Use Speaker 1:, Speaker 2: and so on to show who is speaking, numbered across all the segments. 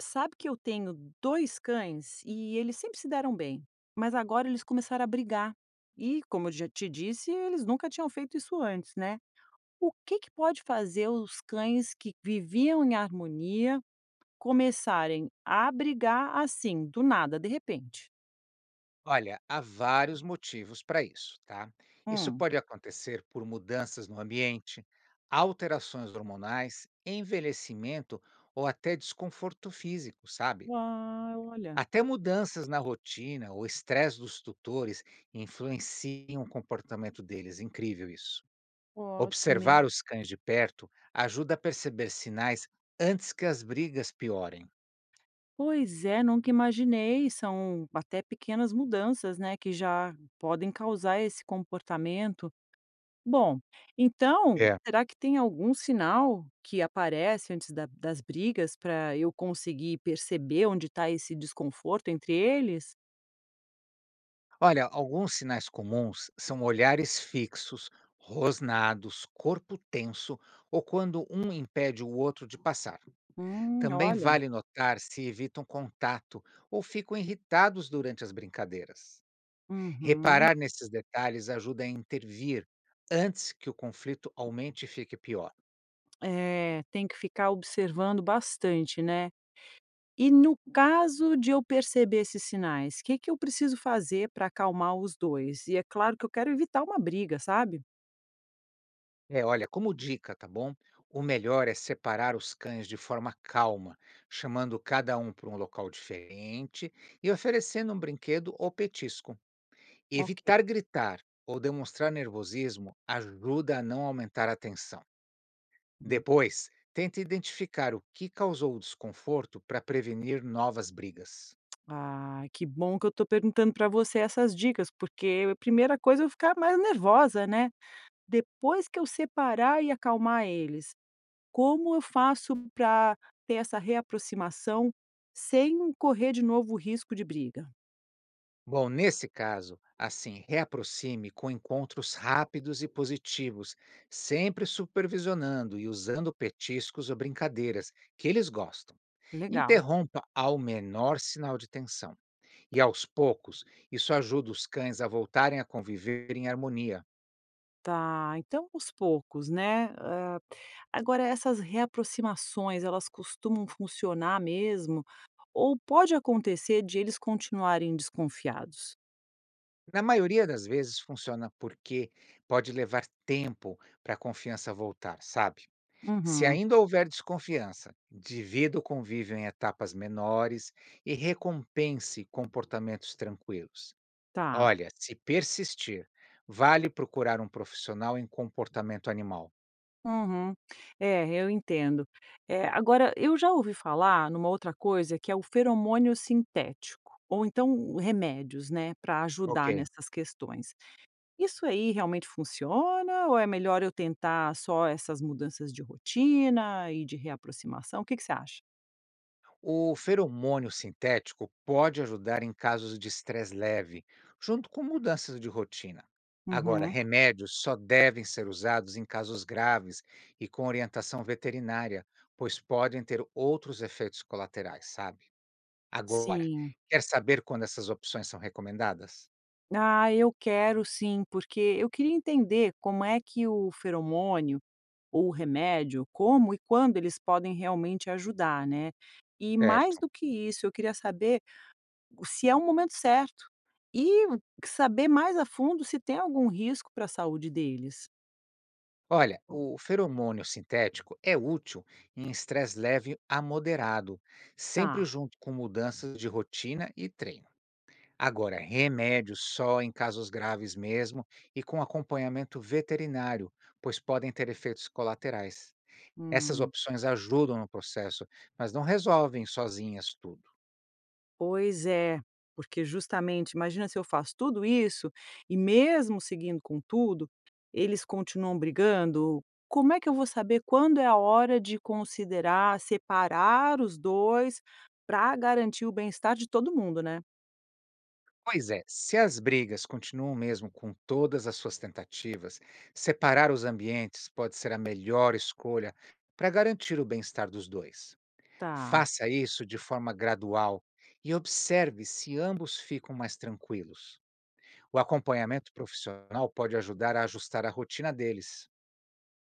Speaker 1: Sabe que eu tenho 2 cães e eles sempre se deram bem, mas agora eles começaram a brigar. E, como eu já te disse, eles nunca tinham feito isso antes, né. O que que pode fazer os cães que viviam em harmonia começarem a brigar assim, do nada, de repente?
Speaker 2: Olha, há vários motivos para isso, tá? Isso
Speaker 1: Hum.
Speaker 2: pode acontecer por mudanças no ambiente, alterações hormonais, envelhecimento ou até desconforto físico, sabe?
Speaker 1: Ah, olha.
Speaker 2: Até mudanças na rotina ou estresse dos tutores influenciam o comportamento deles. Incrível isso.
Speaker 1: Ótimo,
Speaker 2: Observar
Speaker 1: hein.
Speaker 2: os cães de perto ajuda a perceber sinais antes que as brigas piorem.
Speaker 1: Pois é, nunca imaginei. São até pequenas mudanças, né, que já podem causar esse comportamento. Bom, então,
Speaker 2: É.
Speaker 1: será que tem algum sinal que aparece antes da das brigas para eu conseguir perceber onde está esse desconforto entre eles?
Speaker 2: Olha, alguns sinais comuns são olhares fixos, rosnados, corpo tenso ou quando um impede o outro de passar. Também
Speaker 1: Olha.
Speaker 2: vale notar se evitam contato ou ficam irritados durante as brincadeiras.
Speaker 1: Uhum.
Speaker 2: Reparar nesses detalhes ajuda a intervir antes que o conflito aumente e fique pior.
Speaker 1: É, tem que ficar observando bastante, né. E no caso de eu perceber esses sinais, o que que eu preciso fazer para acalmar os 2? E é claro que eu quero evitar uma briga, sabe?
Speaker 2: É, olha, como dica, tá bom? O melhor é separar os cães de forma calma, chamando cada um para um local diferente e oferecendo um brinquedo ou petisco.
Speaker 1: Ok.
Speaker 2: Evitar gritar ou demonstrar nervosismo ajuda a não aumentar a tensão. Depois, tente identificar o que causou o desconforto para prevenir novas brigas.
Speaker 1: Ah, que bom que eu tô perguntando pra você essas dicas, porque a primeira coisa eu ficar mais nervosa, né. Depois que eu separar e acalmar eles, como eu faço pra ter essa reaproximação sem correr de novo o risco de briga?
Speaker 2: Bom, nesse caso, assim, reaproxime com encontros rápidos e positivos, sempre supervisionando e usando petiscos ou brincadeiras que eles gostam.
Speaker 1: Legal.
Speaker 2: Interrompa ao menor sinal de tensão. E aos poucos, isso ajuda os cães a voltarem a conviver em harmonia.
Speaker 1: Tá, então aos poucos, né. Agora essas reaproximações, elas costumam funcionar mesmo? Ou pode acontecer de eles continuarem desconfiados?
Speaker 2: Na maioria das vezes funciona porque pode levar tempo para a confiança voltar, sabe? Se
Speaker 1: Uhum,
Speaker 2: ainda houver desconfiança, divida o convívio em etapas menores e recompense comportamentos tranquilos.
Speaker 1: tá.
Speaker 2: Olha, se persistir, vale procurar um profissional em comportamento animal.
Speaker 1: Uhum. É, eu entendo. É agora eu já ouvi falar numa outra coisa que é o feromônio sintético, ou então remédios, né, para ajudar
Speaker 2: Ok.
Speaker 1: nessas questões. Isso aí realmente funciona ou é melhor eu tentar só essas mudanças de rotina e de reaproximação? O que que você acha?
Speaker 2: O feromônio sintético pode ajudar em casos de estresse leve, junto com mudanças de rotina. Agora,
Speaker 1: Uhum.
Speaker 2: remédios só devem ser usados em casos graves e com orientação veterinária, pois podem ter outros efeitos colaterais, sabe? Agora,
Speaker 1: Sim.
Speaker 2: quer saber quando essas opções são recomendadas?
Speaker 1: Ah, eu quero sim, porque eu queria entender como é que o feromônio ou o remédio, como e quando eles podem realmente ajudar, né. E mais
Speaker 2: Certo.
Speaker 1: do que isso, eu queria saber se é o momento certo e saber mais a fundo se tem algum risco para a saúde deles.
Speaker 2: Olha, o feromônio sintético é útil em estresse leve a moderado,
Speaker 1: Tá.
Speaker 2: sempre junto com mudanças de rotina e treino. Agora, remédios só em casos graves mesmo e com acompanhamento veterinário, pois podem ter efeitos colaterais. Essas
Speaker 1: Hum,
Speaker 2: opções ajudam no processo, mas não resolvem sozinhas tudo.
Speaker 1: Pois é, porque justamente imagina se eu faço tudo isso e mesmo seguindo com tudo, eles continuam brigando, como é que eu vou saber quando é a hora de considerar separar os 2 para garantir o bem-estar de todo mundo, né?
Speaker 2: Pois é, se as brigas continuam mesmo com todas as suas tentativas, separar os ambientes pode ser a melhor escolha para garantir o bem-estar dos dois.
Speaker 1: Tá,
Speaker 2: Faça isso de forma gradual e observe se ambos ficam mais tranquilos. O acompanhamento profissional pode ajudar a ajustar a rotina deles.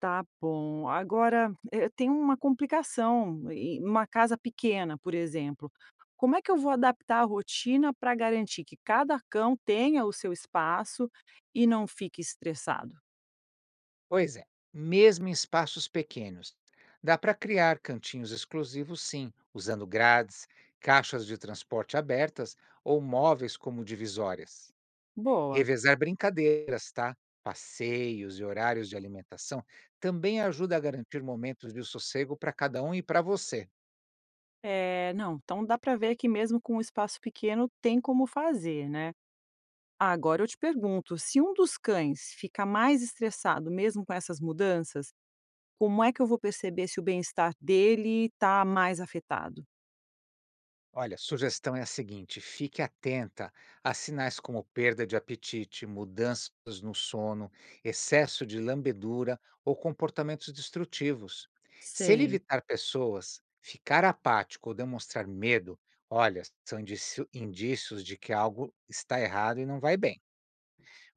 Speaker 1: tá bom. Agora, eu tenho uma complicação em uma casa pequena, por exemplo. Como é que eu vou adaptar a rotina para garantir que cada cão tenha o seu espaço e não fique estressado?
Speaker 2: Pois é, mesmo em espaços pequenos, dá para criar cantinhos exclusivos, sim, usando grades, caixas de transporte abertas ou móveis como divisórias.
Speaker 1: Boa.
Speaker 2: Revezar brincadeiras, tá? Passeios e horários de alimentação também ajuda a garantir momentos de sossego para cada um e para você.
Speaker 1: É, não, então dá para ver que mesmo com um espaço pequeno tem como fazer, né? Agora eu te pergunto, se um dos cães fica mais estressado mesmo com essas mudanças, como é que eu vou perceber se o bem-estar dele está mais afetado?
Speaker 2: Olha, sugestão é a seguinte: fique atenta a sinais como perda de apetite, mudanças no sono, excesso de lambedura ou comportamentos destrutivos. Se ele
Speaker 1: Sei.
Speaker 2: evitar pessoas, ficar apático ou demonstrar medo, olha, são indícios de que algo está errado e não vai bem.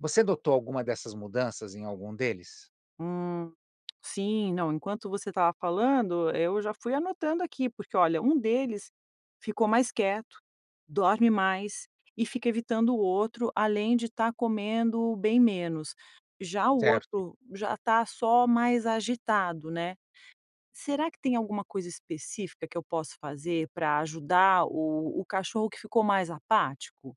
Speaker 2: Você notou alguma dessas mudanças em algum deles?
Speaker 1: Hum, sim, não, enquanto você estava falando, eu já fui anotando aqui, porque olha, um deles ficou mais quieto, dorme mais e fica evitando o outro, além de estar comendo bem menos. Já o
Speaker 2: Certo?
Speaker 1: outro já está só mais agitado, né? Será que tem alguma coisa específica que eu posso fazer para ajudar o cachorro que ficou mais apático?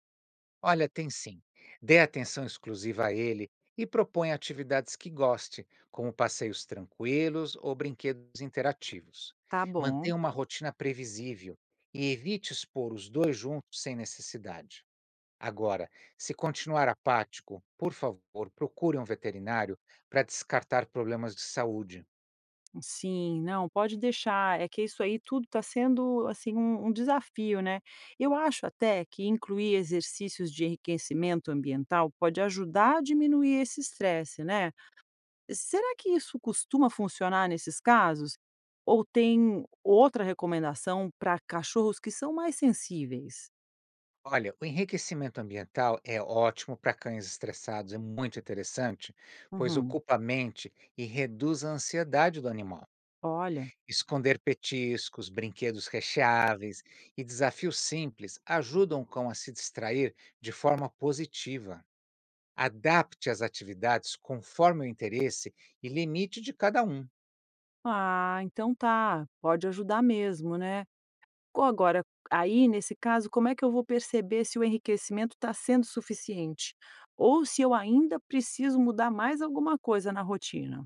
Speaker 2: Olha, tem sim. Dê atenção exclusiva a ele e proponha atividades que goste, como passeios tranquilos ou brinquedos interativos.
Speaker 1: Tá bom.
Speaker 2: Mantenha uma rotina previsível e evite expor os dois juntos sem necessidade. Agora, se continuar apático, por favor, procure um veterinário para descartar problemas de saúde.
Speaker 1: Sim, não, pode deixar. É que isso aí tudo está sendo assim um desafio, né? Eu acho até que incluir exercícios de enriquecimento ambiental pode ajudar a diminuir esse estresse, né? Será que isso costuma funcionar nesses casos? Ou tem outra recomendação para cachorros que são mais sensíveis?
Speaker 2: Olha, o enriquecimento ambiental é ótimo para cães estressados, é muito interessante, pois
Speaker 1: Uhum,
Speaker 2: ocupa a mente e reduz a ansiedade do animal.
Speaker 1: olha.
Speaker 2: Esconder petiscos, brinquedos recheáveis e desafios simples ajudam o cão a se distrair de forma positiva. Adapte as atividades conforme o interesse e limite de cada um.
Speaker 1: Ah, então tá, pode ajudar mesmo, né? Co Agora, aí nesse caso, como é que eu vou perceber se o enriquecimento está sendo suficiente? Ou se eu ainda preciso mudar mais alguma coisa na rotina?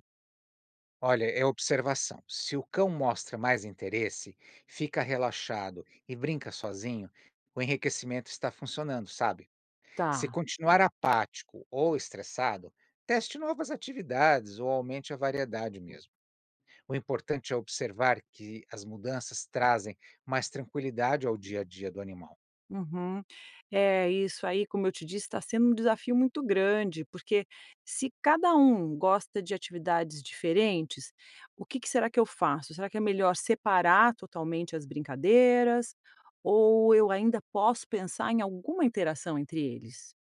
Speaker 2: Olha, é observação. Se o cão mostra mais interesse, fica relaxado e brinca sozinho, o enriquecimento está funcionando, sabe? Se
Speaker 1: Tá.
Speaker 2: continuar apático ou estressado, teste novas atividades ou aumente a variedade mesmo. O importante é observar que as mudanças trazem mais tranquilidade ao dia a dia do animal.
Speaker 1: Uhum. É, isso aí, como eu te disse, está sendo um desafio muito grande, porque se cada um gosta de atividades diferentes, o que que será que eu faço? Será que é melhor separar totalmente as brincadeiras? Ou eu ainda posso pensar em alguma interação entre eles?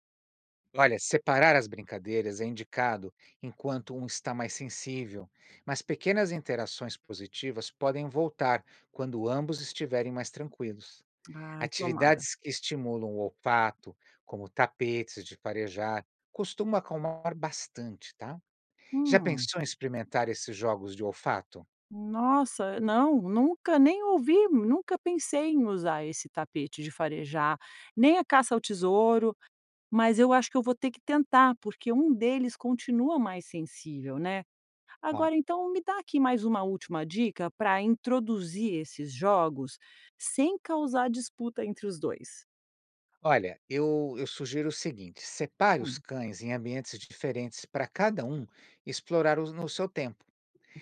Speaker 2: Olha, separar as brincadeiras é indicado enquanto um está mais sensível, mas pequenas interações positivas podem voltar quando ambos estiverem mais tranquilos.
Speaker 1: Ai, tomara.
Speaker 2: Atividades que estimulam o olfato, como tapetes de farejar, costumam acalmar bastante, tá? Já
Speaker 1: Hum.
Speaker 2: pensou em experimentar esses jogos de olfato?
Speaker 1: Nossa, não, nunca nem ouvi, nunca pensei em usar esse tapete de farejar, nem a caça ao tesouro, mas eu acho que eu vou ter que tentar, porque um deles continua mais sensível, né?
Speaker 2: Ó,
Speaker 1: Agora, então, me dá aqui mais uma última dica para introduzir esses jogos sem causar disputa entre os dois.
Speaker 2: olha, eu sugiro o seguinte: separe os
Speaker 1: Hum.
Speaker 2: cães em ambientes diferentes para cada um no seu tempo.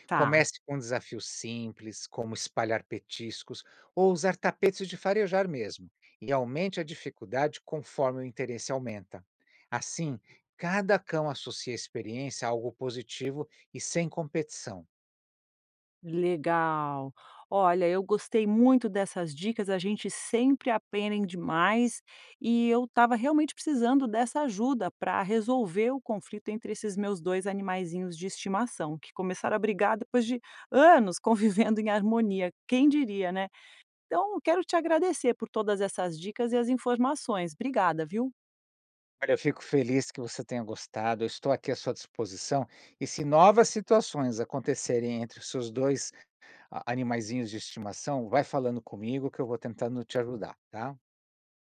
Speaker 1: Tá.
Speaker 2: Comece com desafios simples, como espalhar petiscos ou usar tapetes de farejar mesmo, e aumente a dificuldade conforme o interesse aumenta. Assim, cada cão associa a experiência a algo positivo e sem competição.
Speaker 1: Legal. Olha, eu gostei muito dessas dicas, a gente sempre aprende demais e eu estava realmente precisando dessa ajuda para resolver o conflito entre esses meus dois animaizinhos de estimação, que começaram a brigar depois de anos convivendo em harmonia, quem diria, né? Então, eu quero te agradecer por todas essas dicas e as informações. Obrigada, viu?
Speaker 2: Olha, eu fico feliz que você tenha gostado, eu estou aqui à sua disposição. E se novas situações acontecerem entre os seus dois animaizinhos de estimação, vai falando comigo que eu vou tentando te ajudar, tá?